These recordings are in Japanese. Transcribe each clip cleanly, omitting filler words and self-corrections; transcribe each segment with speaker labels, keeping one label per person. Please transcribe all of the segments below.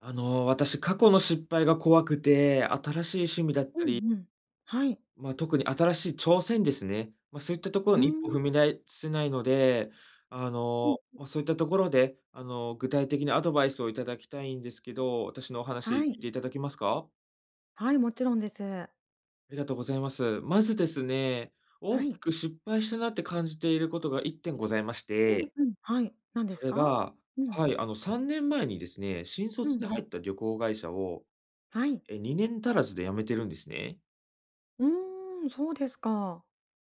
Speaker 1: 私、過去の失敗が怖くて、新しい趣味だっ
Speaker 2: う
Speaker 1: たり、
Speaker 2: んうん。はい。
Speaker 1: 特に新しい挑戦ですね。そういったところ
Speaker 2: うー
Speaker 1: に一歩
Speaker 2: ん、
Speaker 1: 踏み出せないので、
Speaker 2: うん。
Speaker 1: そういったところで、具体的なアドバイスをいただきたいんですけど、私のお話聞
Speaker 2: は
Speaker 1: い
Speaker 2: い。
Speaker 1: ていただけますか？
Speaker 2: はい、もちろんです。
Speaker 1: ありがとうございます。まずですね、
Speaker 2: は
Speaker 1: 大き
Speaker 2: い。
Speaker 1: く失敗したなって感じていることが1点ございまし
Speaker 2: うん
Speaker 1: て、
Speaker 2: うん。はい。何で
Speaker 1: そ
Speaker 2: す
Speaker 1: れ
Speaker 2: か？
Speaker 1: が
Speaker 2: うん。
Speaker 1: はい、3年前にですね、新
Speaker 2: う
Speaker 1: 卒で
Speaker 2: ん。
Speaker 1: 入った旅行会社を、
Speaker 2: はい。
Speaker 1: 2年足らずで辞めてるんですね。
Speaker 2: うーん、そうですか。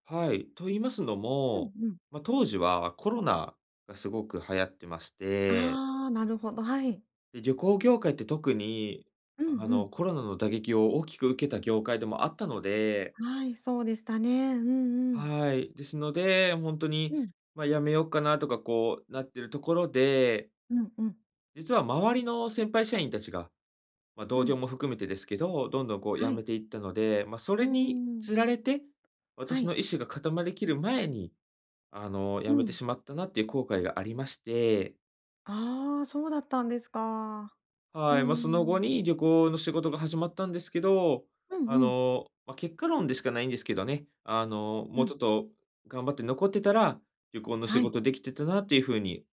Speaker 1: はい。と言いますの
Speaker 2: うん
Speaker 1: も、
Speaker 2: うん。
Speaker 1: 当時はコロナがすごく流行ってまして、
Speaker 2: ああ、なるほど、はい。
Speaker 1: で、旅行業界って特に、
Speaker 2: うんうん。
Speaker 1: コロナの打撃を大きく受けた業界でもあったので
Speaker 2: はい、そうでしたね。うんうん。
Speaker 1: はい。ですので、本当に、
Speaker 2: うん。
Speaker 1: やめようかなとかこうなってるところで、
Speaker 2: うんうん。
Speaker 1: 実は周りの先輩社員たちが、
Speaker 2: う
Speaker 1: 同僚
Speaker 2: ん。
Speaker 1: も含めてですけど、どんどんこう辞
Speaker 2: は
Speaker 1: め
Speaker 2: い。
Speaker 1: ていったので、そ
Speaker 2: うー
Speaker 1: れに
Speaker 2: ん。
Speaker 1: つられて、
Speaker 2: は
Speaker 1: 私
Speaker 2: い。
Speaker 1: の意思が固まりきる前に
Speaker 2: う
Speaker 1: 辞めて
Speaker 2: ん。
Speaker 1: しまったなっていう後悔がありまして、
Speaker 2: ああ、そうだったんですか。うー
Speaker 1: はい、その後
Speaker 2: ん。
Speaker 1: に旅行の仕事が始まったんですけど、
Speaker 2: うんうん。
Speaker 1: 結果論でしかないんですけどね、
Speaker 2: う
Speaker 1: もうち
Speaker 2: ん。
Speaker 1: ょっと頑張って残ってたら、旅行の仕
Speaker 2: はい。
Speaker 1: 事できてたなっていう風に、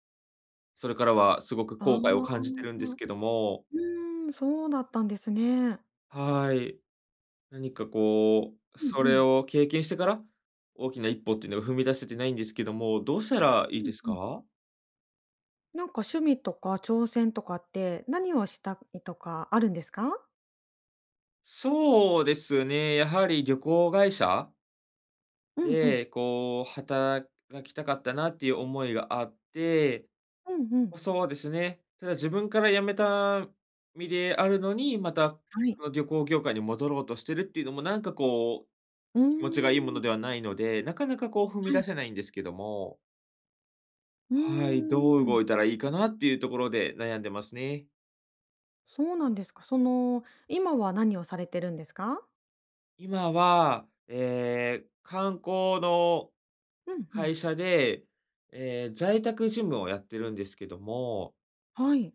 Speaker 1: それからはすごく
Speaker 2: あ
Speaker 1: 後悔を感じて
Speaker 2: あ。
Speaker 1: るんですけども、
Speaker 2: うーん、そうだったんですね。
Speaker 1: はい、何かこう、
Speaker 2: うん。
Speaker 1: そ
Speaker 2: う
Speaker 1: れ
Speaker 2: ん。
Speaker 1: を経験してから、大きな一歩っていうのが踏み出せてないんですけども、どうしたらい
Speaker 2: う
Speaker 1: いで
Speaker 2: ん
Speaker 1: す
Speaker 2: うん。
Speaker 1: か？
Speaker 2: なんか趣味とか挑戦とかって、何をしたいとかあるんですか？
Speaker 1: そうですね、やはり旅行会社
Speaker 2: うんうん。
Speaker 1: で、こう、働きたかったなっていう思いがあって、
Speaker 2: うんう
Speaker 1: ま、
Speaker 2: ん。
Speaker 1: そうですね。ただ自分から辞めた身であるのに、また、
Speaker 2: はい。
Speaker 1: この旅行業界に戻ろうとしてるっていうのもなんかこう、
Speaker 2: うー
Speaker 1: 気持ちがいいも
Speaker 2: ん。
Speaker 1: のではないので、なかなかこう踏み
Speaker 2: は
Speaker 1: 出
Speaker 2: い。
Speaker 1: せないんですけども、
Speaker 2: う
Speaker 1: はい、ど
Speaker 2: ー
Speaker 1: う
Speaker 2: ん、
Speaker 1: 動いたらいいかなっていうところで悩んでますね。
Speaker 2: そうなんですか。その、今は何をされてるんですか？
Speaker 1: 今は、ええ、観光の
Speaker 2: うんうん。
Speaker 1: 会社で、ええ、在宅事務をやってるんですけども
Speaker 2: はい。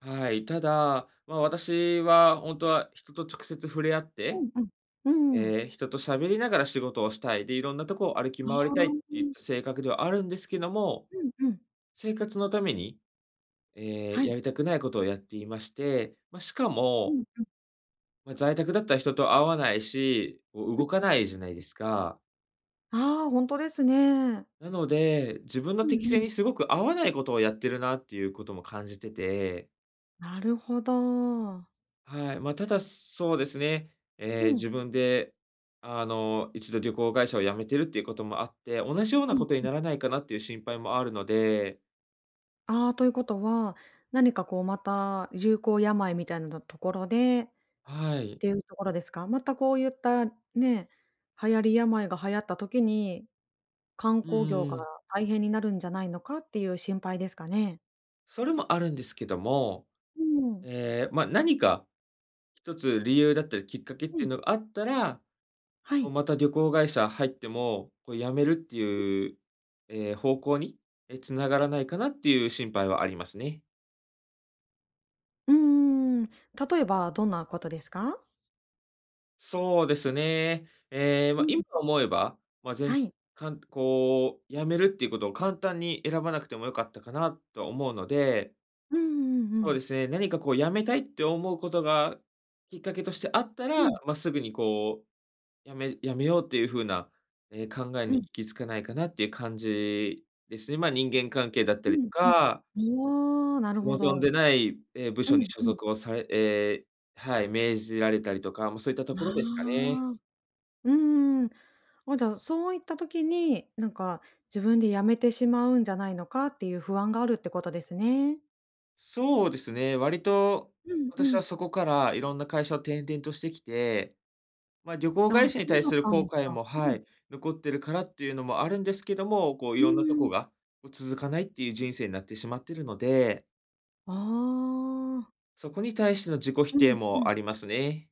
Speaker 1: はい、ただ、ま、私は本当は人と直接触れ合っ
Speaker 2: う
Speaker 1: て、
Speaker 2: んうん。うん。あ
Speaker 1: ええ、人と喋りながら仕事をしたい、で、いろんなとこを歩き
Speaker 2: あ、
Speaker 1: 回りたいっていっ
Speaker 2: う
Speaker 1: た性格ではあるんですけども、
Speaker 2: んうん。
Speaker 1: 生活のために、
Speaker 2: はい。
Speaker 1: やりたくないことをやっていまして、まあ、しか
Speaker 2: う
Speaker 1: も、
Speaker 2: んうん
Speaker 1: まあ、在宅だったら人と会わないし、こう動かないじゃないですか。
Speaker 2: うん。ああ、ほんとですね。
Speaker 1: なので、自分の
Speaker 2: うん
Speaker 1: 適性
Speaker 2: うん。
Speaker 1: にすごく合わないことをやってるなっていうことも感じてて
Speaker 2: なるほど。
Speaker 1: はい、まあ、ただ、そうですね、
Speaker 2: う
Speaker 1: ええ、
Speaker 2: ん。
Speaker 1: 自分で、一度旅行会社を辞めてるっていうこともあって、同じような
Speaker 2: う
Speaker 1: ことに
Speaker 2: ん
Speaker 1: ならないかなっていう心配もあるので、
Speaker 2: ああ、ということは、何かこうまた流行病みたいなところでっ
Speaker 1: はい。
Speaker 2: ていうところですか？またこういったね、流行り病が流行った時に、観
Speaker 1: うん
Speaker 2: 光業
Speaker 1: うんう
Speaker 2: が
Speaker 1: ん。
Speaker 2: 大変になるんじゃないのかっていう心配ですかね？
Speaker 1: それもあるんですけども、
Speaker 2: うん。
Speaker 1: ええ、まあ、何か一つ理由だったりきっかけっ
Speaker 2: う
Speaker 1: てい
Speaker 2: ん。
Speaker 1: うのがあったら、
Speaker 2: は
Speaker 1: もう
Speaker 2: い。
Speaker 1: また旅行会社入っても、こう辞めるっていう、ええ、方向に、繋がらないかなっていう心配はありますね。
Speaker 2: うんん、例えばどんなことですか？
Speaker 1: そうですね。ええ、ま
Speaker 2: う
Speaker 1: あ、
Speaker 2: ん。
Speaker 1: 今思えば、まあ、ぜん
Speaker 2: はい。
Speaker 1: かんこう、辞めるっていうことを簡単に選ばなくても良かったかなと思うので、
Speaker 2: うんうんう
Speaker 1: そう
Speaker 2: ん。
Speaker 1: ですね、何かこう辞めたいって思うことがきっかけとしてあったら、
Speaker 2: うん。
Speaker 1: まあ、すぐにこう、辞めようっていう風な、考え
Speaker 2: う
Speaker 1: に
Speaker 2: ん。
Speaker 1: 行き着かないかなっていう感じですね。まあ、人間関係だった
Speaker 2: う
Speaker 1: りと
Speaker 2: んう
Speaker 1: か、
Speaker 2: ん。おお、なるほ
Speaker 1: 望んで
Speaker 2: ど。
Speaker 1: ない、部
Speaker 2: う
Speaker 1: 署
Speaker 2: ん
Speaker 1: に所
Speaker 2: うん。
Speaker 1: 属をされはい、命じられたりとか、まあ、そういったと
Speaker 2: あ
Speaker 1: ころですかね。
Speaker 2: あ。うんうんああ、うーうん、あ、じゃあ、そういった時に、なんか自分で辞めてしまうんじゃないのかっていう不安があるってことですね。
Speaker 1: そうですね、割と
Speaker 2: うんう
Speaker 1: 私は
Speaker 2: ん。
Speaker 1: そこからいろんな会社を転々としてきて、まあ、旅行
Speaker 2: あ、
Speaker 1: 会社に
Speaker 2: そう
Speaker 1: 対
Speaker 2: だっ
Speaker 1: する
Speaker 2: たん
Speaker 1: 後
Speaker 2: です
Speaker 1: 悔
Speaker 2: か。
Speaker 1: も、
Speaker 2: う
Speaker 1: は
Speaker 2: ん。
Speaker 1: い、残ってるからっていうのもあるんですけども、こうい
Speaker 2: うん。
Speaker 1: ろんなと
Speaker 2: うー
Speaker 1: こ
Speaker 2: ん。
Speaker 1: が、こう続かないっていう人生になってしまってるので、
Speaker 2: ああ。
Speaker 1: そこに対しての自己否
Speaker 2: うんうんー
Speaker 1: 定
Speaker 2: ああ、うんう
Speaker 1: も
Speaker 2: ん、
Speaker 1: ありますね。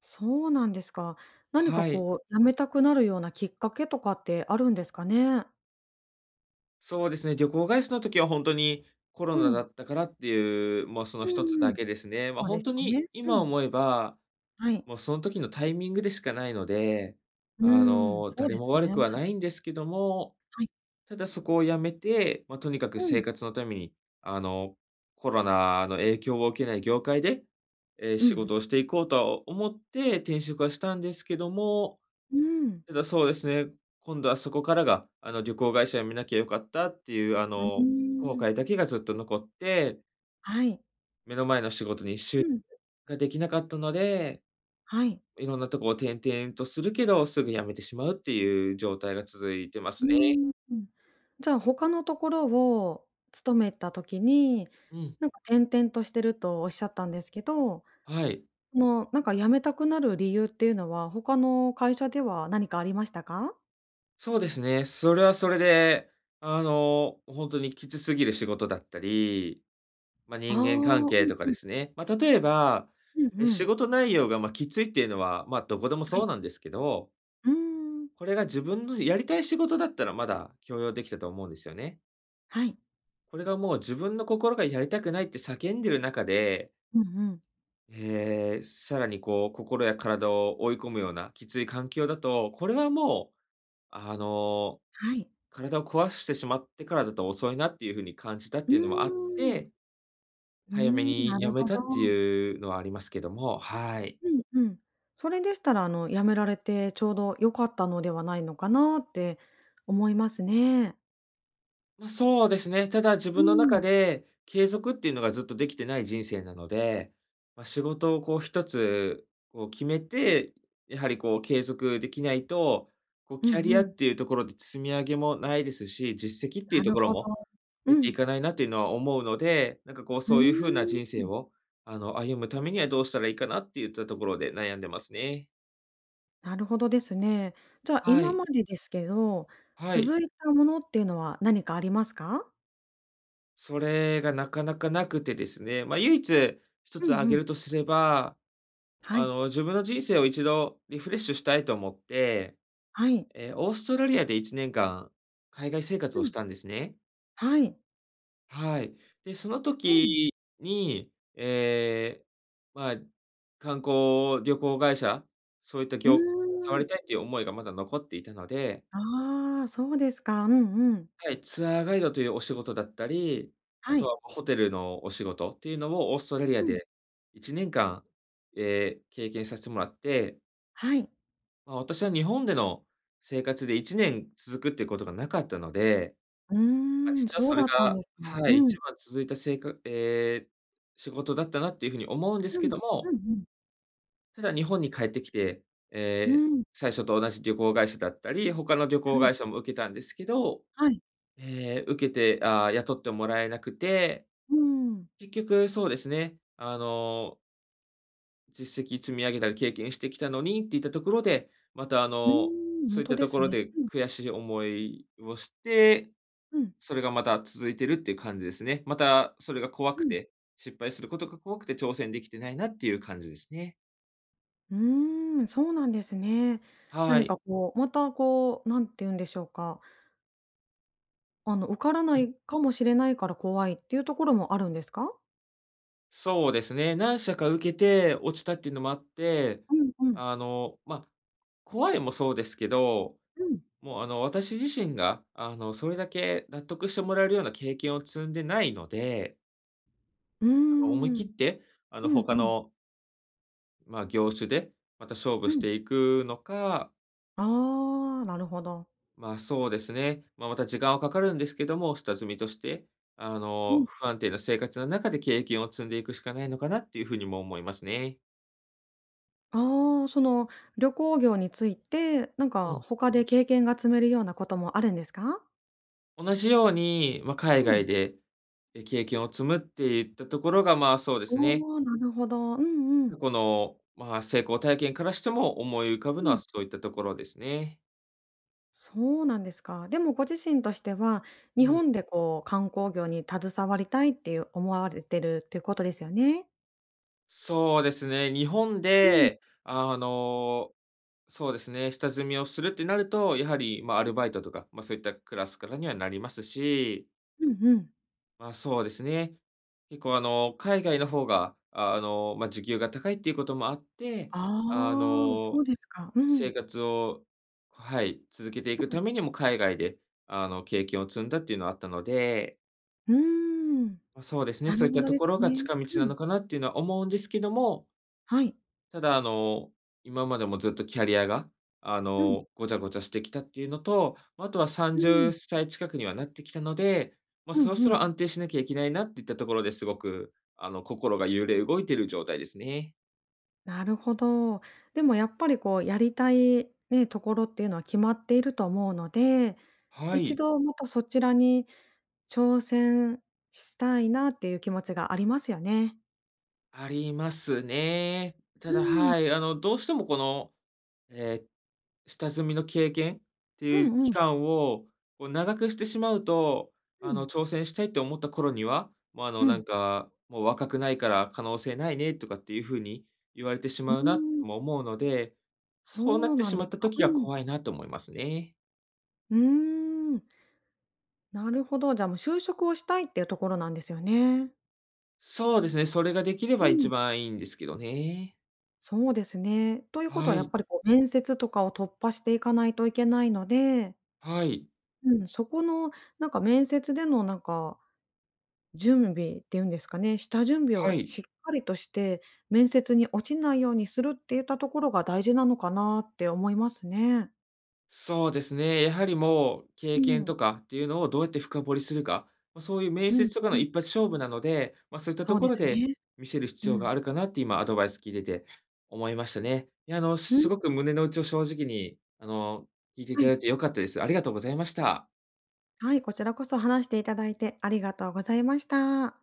Speaker 2: そうなんですか。何か
Speaker 1: はい。
Speaker 2: こう辞めたくなるようなきっかけとかってあるんですかね？
Speaker 1: そうですね、旅行会社の時は本当にコロ
Speaker 2: う
Speaker 1: ナだ
Speaker 2: ん。
Speaker 1: ったからっていう、もうその
Speaker 2: う
Speaker 1: 一つ
Speaker 2: んう
Speaker 1: だ
Speaker 2: ん。
Speaker 1: けですね。ま、あ
Speaker 2: そうで
Speaker 1: 本
Speaker 2: す
Speaker 1: 当
Speaker 2: か
Speaker 1: に
Speaker 2: ね。う
Speaker 1: 今
Speaker 2: ん。
Speaker 1: 思えば
Speaker 2: はい。
Speaker 1: もうその時のタイミングでしかないので、
Speaker 2: うーん、そう
Speaker 1: 誰
Speaker 2: で
Speaker 1: も
Speaker 2: すね。
Speaker 1: 悪くはないんですけども、
Speaker 2: はい。
Speaker 1: ただそこをやめて、まあ、とにかく
Speaker 2: う
Speaker 1: 生
Speaker 2: ん。
Speaker 1: 活のために、あの、コロナの影響を受けない業界で、
Speaker 2: うんう
Speaker 1: 仕
Speaker 2: ん。
Speaker 1: 事をしていこうと思って転職はしたんですけども、
Speaker 2: うーん。
Speaker 1: ただそうですね、今度はそこからが、旅行会社辞めなきゃよかったっていう、
Speaker 2: うー
Speaker 1: 後
Speaker 2: ん。
Speaker 1: 悔だけがずっと残って、
Speaker 2: はい。
Speaker 1: 目の前の仕事に集中
Speaker 2: うん。
Speaker 1: ができなかったので
Speaker 2: はい。
Speaker 1: いろんなとこを転々とするけど、すぐ辞めてしまうっていう状態が続いてます
Speaker 2: う
Speaker 1: ね。
Speaker 2: ーん、じゃあ、他のところを勤めた時に、
Speaker 1: うん。
Speaker 2: なんか転々としてるとおっしゃったんですけど、
Speaker 1: はい。
Speaker 2: その、なんか辞めたくなる理由っていうのは、他の会社では何かありましたか？
Speaker 1: そうですね。それはそれで、本当にきつすぎる仕事だったり、まあ、
Speaker 2: あ
Speaker 1: 人
Speaker 2: あ、
Speaker 1: 間関
Speaker 2: う
Speaker 1: 係
Speaker 2: ん
Speaker 1: とか
Speaker 2: う
Speaker 1: で
Speaker 2: ん、
Speaker 1: すね。まあ、例えば、
Speaker 2: うんう
Speaker 1: 仕
Speaker 2: ん。
Speaker 1: 事内容が、ま、きついっていうのは、まあ、どこでも
Speaker 2: は
Speaker 1: そう
Speaker 2: い。
Speaker 1: なんですけど、
Speaker 2: うーん、
Speaker 1: これが自分のやりたい仕事だったらまだ許容できたと思うんですよね。
Speaker 2: はい。
Speaker 1: これがもう自分の心がやりたくないって叫んでる中で
Speaker 2: うんうん。
Speaker 1: さらにこう、心や体を追い込むようなきつい環境だと、これはもう、あの、
Speaker 2: はい。
Speaker 1: 体を壊してしまってからだと遅いなっていう風に感じたっ
Speaker 2: う
Speaker 1: ていうのもあっ
Speaker 2: ーん。
Speaker 1: て、
Speaker 2: うー
Speaker 1: 早め
Speaker 2: ん、な
Speaker 1: にや
Speaker 2: る
Speaker 1: め
Speaker 2: ほ
Speaker 1: たって
Speaker 2: ど。
Speaker 1: いうのはありますけども、はい。
Speaker 2: うんうん。それでしたら、あの、辞められてちょうど良かったのではないのかなって思いますね。
Speaker 1: ま、そうですね。ただ自
Speaker 2: う
Speaker 1: 分の中
Speaker 2: ん。
Speaker 1: で継続っていうのがずっとできてない人生なので、ま、仕事をこう1つこう決めて、やはりこう継続できないと、こう
Speaker 2: うん
Speaker 1: キャリ
Speaker 2: う
Speaker 1: アっ
Speaker 2: ん。
Speaker 1: ていうところで積み上げもないですし、実績っていう
Speaker 2: な
Speaker 1: と
Speaker 2: る
Speaker 1: ころ
Speaker 2: ほど。
Speaker 1: も出
Speaker 2: う
Speaker 1: てい
Speaker 2: ん。
Speaker 1: かないなっていうのは思うので、なんかこう
Speaker 2: うー
Speaker 1: そういう風な
Speaker 2: ん、
Speaker 1: 人生を、歩むためにはどうしたらいいかなっていったところで悩んでますね。
Speaker 2: なるほどですね。じゃあ、
Speaker 1: は
Speaker 2: 今
Speaker 1: い。
Speaker 2: までですけど、
Speaker 1: はい。
Speaker 2: 続いたものっていうのは何かありますか？
Speaker 1: それがなかなかなくてですね。ま、唯一1
Speaker 2: う
Speaker 1: つ挙
Speaker 2: んう
Speaker 1: げ
Speaker 2: ん。
Speaker 1: るとすれば
Speaker 2: はい、
Speaker 1: 自分の人生を一度リフレッシュしたいと思って、
Speaker 2: はい。
Speaker 1: オーストラリアで1年間、海外生活
Speaker 2: う
Speaker 1: をし
Speaker 2: ん。
Speaker 1: たんですね。
Speaker 2: はい。
Speaker 1: はい。で、その
Speaker 2: うん。
Speaker 1: 時に、まあ、観光旅行会社、そういった
Speaker 2: うー
Speaker 1: 業界に携わり
Speaker 2: ん。
Speaker 1: たいという思いがまだ残っていたので、
Speaker 2: ああ、そうですか。うんうん。
Speaker 1: はい、ツアーガイドというお仕事だったり、あ
Speaker 2: は
Speaker 1: と
Speaker 2: い。
Speaker 1: はホテルのお仕事っていうのをオーストラリア
Speaker 2: うん。
Speaker 1: で1年間、経験させてもらって、
Speaker 2: はい。
Speaker 1: まあ、私は日本での生活で1年続くっていうことがなかったので、
Speaker 2: う
Speaker 1: まあ、
Speaker 2: ーん、
Speaker 1: 実は
Speaker 2: そう
Speaker 1: それ
Speaker 2: だったん
Speaker 1: が、
Speaker 2: ですか。
Speaker 1: はい、
Speaker 2: う
Speaker 1: 一
Speaker 2: ん。
Speaker 1: 番続いたせいか仕事だったなっていうふうに思うんです
Speaker 2: う
Speaker 1: け
Speaker 2: ん。
Speaker 1: ど
Speaker 2: う
Speaker 1: も、
Speaker 2: んうんうん。
Speaker 1: ただ日本に帰ってきて、
Speaker 2: う
Speaker 1: えー
Speaker 2: んうん、
Speaker 1: 最初と同じ旅行会社だったり、他の旅行
Speaker 2: はい。
Speaker 1: 会社も受けたんですけど、
Speaker 2: はい。
Speaker 1: 受けて、ああ、雇ってもらえなくて、
Speaker 2: うーん。
Speaker 1: 結局そうですね、実績積み上げたり経験してきたのにっていったところで、また
Speaker 2: うーん、ほ
Speaker 1: そ
Speaker 2: ん
Speaker 1: ういっ
Speaker 2: と
Speaker 1: た
Speaker 2: で
Speaker 1: とこ
Speaker 2: す
Speaker 1: ろ
Speaker 2: ね。
Speaker 1: で
Speaker 2: うん。
Speaker 1: 悔しい思いをして、
Speaker 2: うん。
Speaker 1: それがまた続いてるっていう感じですね。またそれが怖く
Speaker 2: うん。
Speaker 1: て、失敗することが怖くて挑戦できてないなっていう感じですね。
Speaker 2: うーん、そうなんですね。
Speaker 1: は
Speaker 2: 何
Speaker 1: い。
Speaker 2: かこう、またこう、なんて言うんでしょうか、あの、受からな
Speaker 1: はい。
Speaker 2: いかもしれないから怖いっていうところもあるんですか？
Speaker 1: そうですね。何社か受けて落ちたっていうのもあって、
Speaker 2: うんうん、
Speaker 1: まあ、怖いもそうですけど、
Speaker 2: うん。
Speaker 1: もう私自身がそれだけ納得してもらえるような経験を積んでないので、
Speaker 2: うー
Speaker 1: 思い切っ
Speaker 2: ん。
Speaker 1: て、
Speaker 2: うん
Speaker 1: 他
Speaker 2: うん。
Speaker 1: の、まあ、業種で、また勝負
Speaker 2: う
Speaker 1: し
Speaker 2: ん。
Speaker 1: ていくのか、
Speaker 2: ああ、なるほど。
Speaker 1: まあ、そうですね、まあ、また時間はかかるんですけども、下積みとして、
Speaker 2: うん。
Speaker 1: 不安定な生活の中で経験を積んでいくしかないのかなっていうふうにも思いますね。
Speaker 2: ああ、その、旅行業について、なん
Speaker 1: う
Speaker 2: か
Speaker 1: ん。
Speaker 2: 他で経験が積めるようなこともあるんですか？
Speaker 1: 同じように、まあ、海
Speaker 2: う
Speaker 1: 外
Speaker 2: ん。
Speaker 1: で、経験を積むっていったところが、まあ、そうですね、
Speaker 2: おお、なるほど。うんうんう
Speaker 1: 過
Speaker 2: ん。
Speaker 1: 去の、まあ、成功体験からしても思い浮かぶのはそういったところですね。
Speaker 2: そうなんですか。でもご自身としては、
Speaker 1: う
Speaker 2: 日
Speaker 1: ん。
Speaker 2: 本でこう観光業に携わりたいっていう思われてるっていうことですよね？
Speaker 1: そうですね、日本
Speaker 2: うん、
Speaker 1: で、そうですね、下積みをするってなると、やはり、まあ、アルバイトとか、まあ、そういったクラスからにはなりますし、
Speaker 2: うんうん。
Speaker 1: まあ、そうですね、結構、海外の方が、まあ、時給が高いっていうこともあって、
Speaker 2: あ
Speaker 1: あ
Speaker 2: あ、そ
Speaker 1: の、
Speaker 2: うですか。う
Speaker 1: 生
Speaker 2: ん。
Speaker 1: 活を、はい、続けていくためにも海外で、経験を積んだっていうのはあったので、
Speaker 2: うーん。
Speaker 1: まあ、そうですね、
Speaker 2: な
Speaker 1: そう
Speaker 2: る
Speaker 1: いっ
Speaker 2: ほ
Speaker 1: た
Speaker 2: ど
Speaker 1: と
Speaker 2: で
Speaker 1: ころ
Speaker 2: す
Speaker 1: が
Speaker 2: ね。
Speaker 1: 近道
Speaker 2: う
Speaker 1: な
Speaker 2: ん。
Speaker 1: のかなっていうのは思うんですけども、
Speaker 2: はい。
Speaker 1: ただ、今までもずっとキャリアが、
Speaker 2: うん、
Speaker 1: ごちゃごちゃしてきたっていうのと、まあとは
Speaker 2: う
Speaker 1: 30
Speaker 2: ん。
Speaker 1: 歳近くにはなってきたので、ま、
Speaker 2: う
Speaker 1: そ
Speaker 2: ん
Speaker 1: ろそ
Speaker 2: うん。
Speaker 1: ろ安定しなきゃいけないなっていったところですごく、心が揺れ動いてる状態ですね。
Speaker 2: なるほど。でもやっぱりこうやりたいね、ところっていうのは決まっていると思うので、
Speaker 1: は
Speaker 2: 一
Speaker 1: い。
Speaker 2: 度またそちらに挑戦したいなっていう気持ちがありますよね。
Speaker 1: ありますね。た
Speaker 2: う
Speaker 1: だ、
Speaker 2: ん。
Speaker 1: はい、どうしてもこの、え下積みの経験って
Speaker 2: う
Speaker 1: いう
Speaker 2: ん
Speaker 1: 期
Speaker 2: うん。
Speaker 1: 間を、こう長くしてしまうと、
Speaker 2: うん。
Speaker 1: 挑戦したいって思った頃には、もう、
Speaker 2: う
Speaker 1: なん
Speaker 2: ん。
Speaker 1: か、もう若くないから可能性ないねとかっていう風に言われてし
Speaker 2: う
Speaker 1: まうな
Speaker 2: ーん、
Speaker 1: とも思うので、
Speaker 2: そ
Speaker 1: そうなっ
Speaker 2: う
Speaker 1: て
Speaker 2: なん
Speaker 1: し
Speaker 2: で
Speaker 1: まっ
Speaker 2: す
Speaker 1: た
Speaker 2: か。
Speaker 1: 時
Speaker 2: う
Speaker 1: が
Speaker 2: ん。
Speaker 1: 怖いなと思いますね。
Speaker 2: うーん、なるほど。じゃあ、もう就職をしたいっていうところなんですよね。
Speaker 1: そうですね、それができれば
Speaker 2: う
Speaker 1: 一
Speaker 2: ん、
Speaker 1: 番いいんですけどね。
Speaker 2: そうですね。ということ
Speaker 1: は
Speaker 2: はやっ
Speaker 1: い、
Speaker 2: ぱりこう面接とかを突破していかないといけないので、
Speaker 1: はい、
Speaker 2: うん、そこのなんか面接でのなんか、準備っていうんですかね、下準備
Speaker 1: は
Speaker 2: を
Speaker 1: い。
Speaker 2: しっかりとして、面接に落ちないようにするっていったところが大事なのかなって思いますね。
Speaker 1: そうですね、やはりもう経
Speaker 2: う
Speaker 1: 験
Speaker 2: ん。
Speaker 1: とかっていうのをどうやって深掘りするか、まあ、そういう面
Speaker 2: うん
Speaker 1: 接とかの
Speaker 2: うん。
Speaker 1: 一発勝負なので、まあ、そういったと
Speaker 2: そう
Speaker 1: こ
Speaker 2: で
Speaker 1: ろ
Speaker 2: す
Speaker 1: で
Speaker 2: ね。
Speaker 1: 見せる必
Speaker 2: う
Speaker 1: 要
Speaker 2: ん。
Speaker 1: があるかなって今アドバイス聞いてて思いましたね。いや、
Speaker 2: う
Speaker 1: す
Speaker 2: ん、
Speaker 1: ごく胸の内を正直に、聞いてい
Speaker 2: は
Speaker 1: ただ
Speaker 2: い。
Speaker 1: いて良かったです。ありがとうございました。
Speaker 2: はい、こちらこそ話していただいてありがとうございました。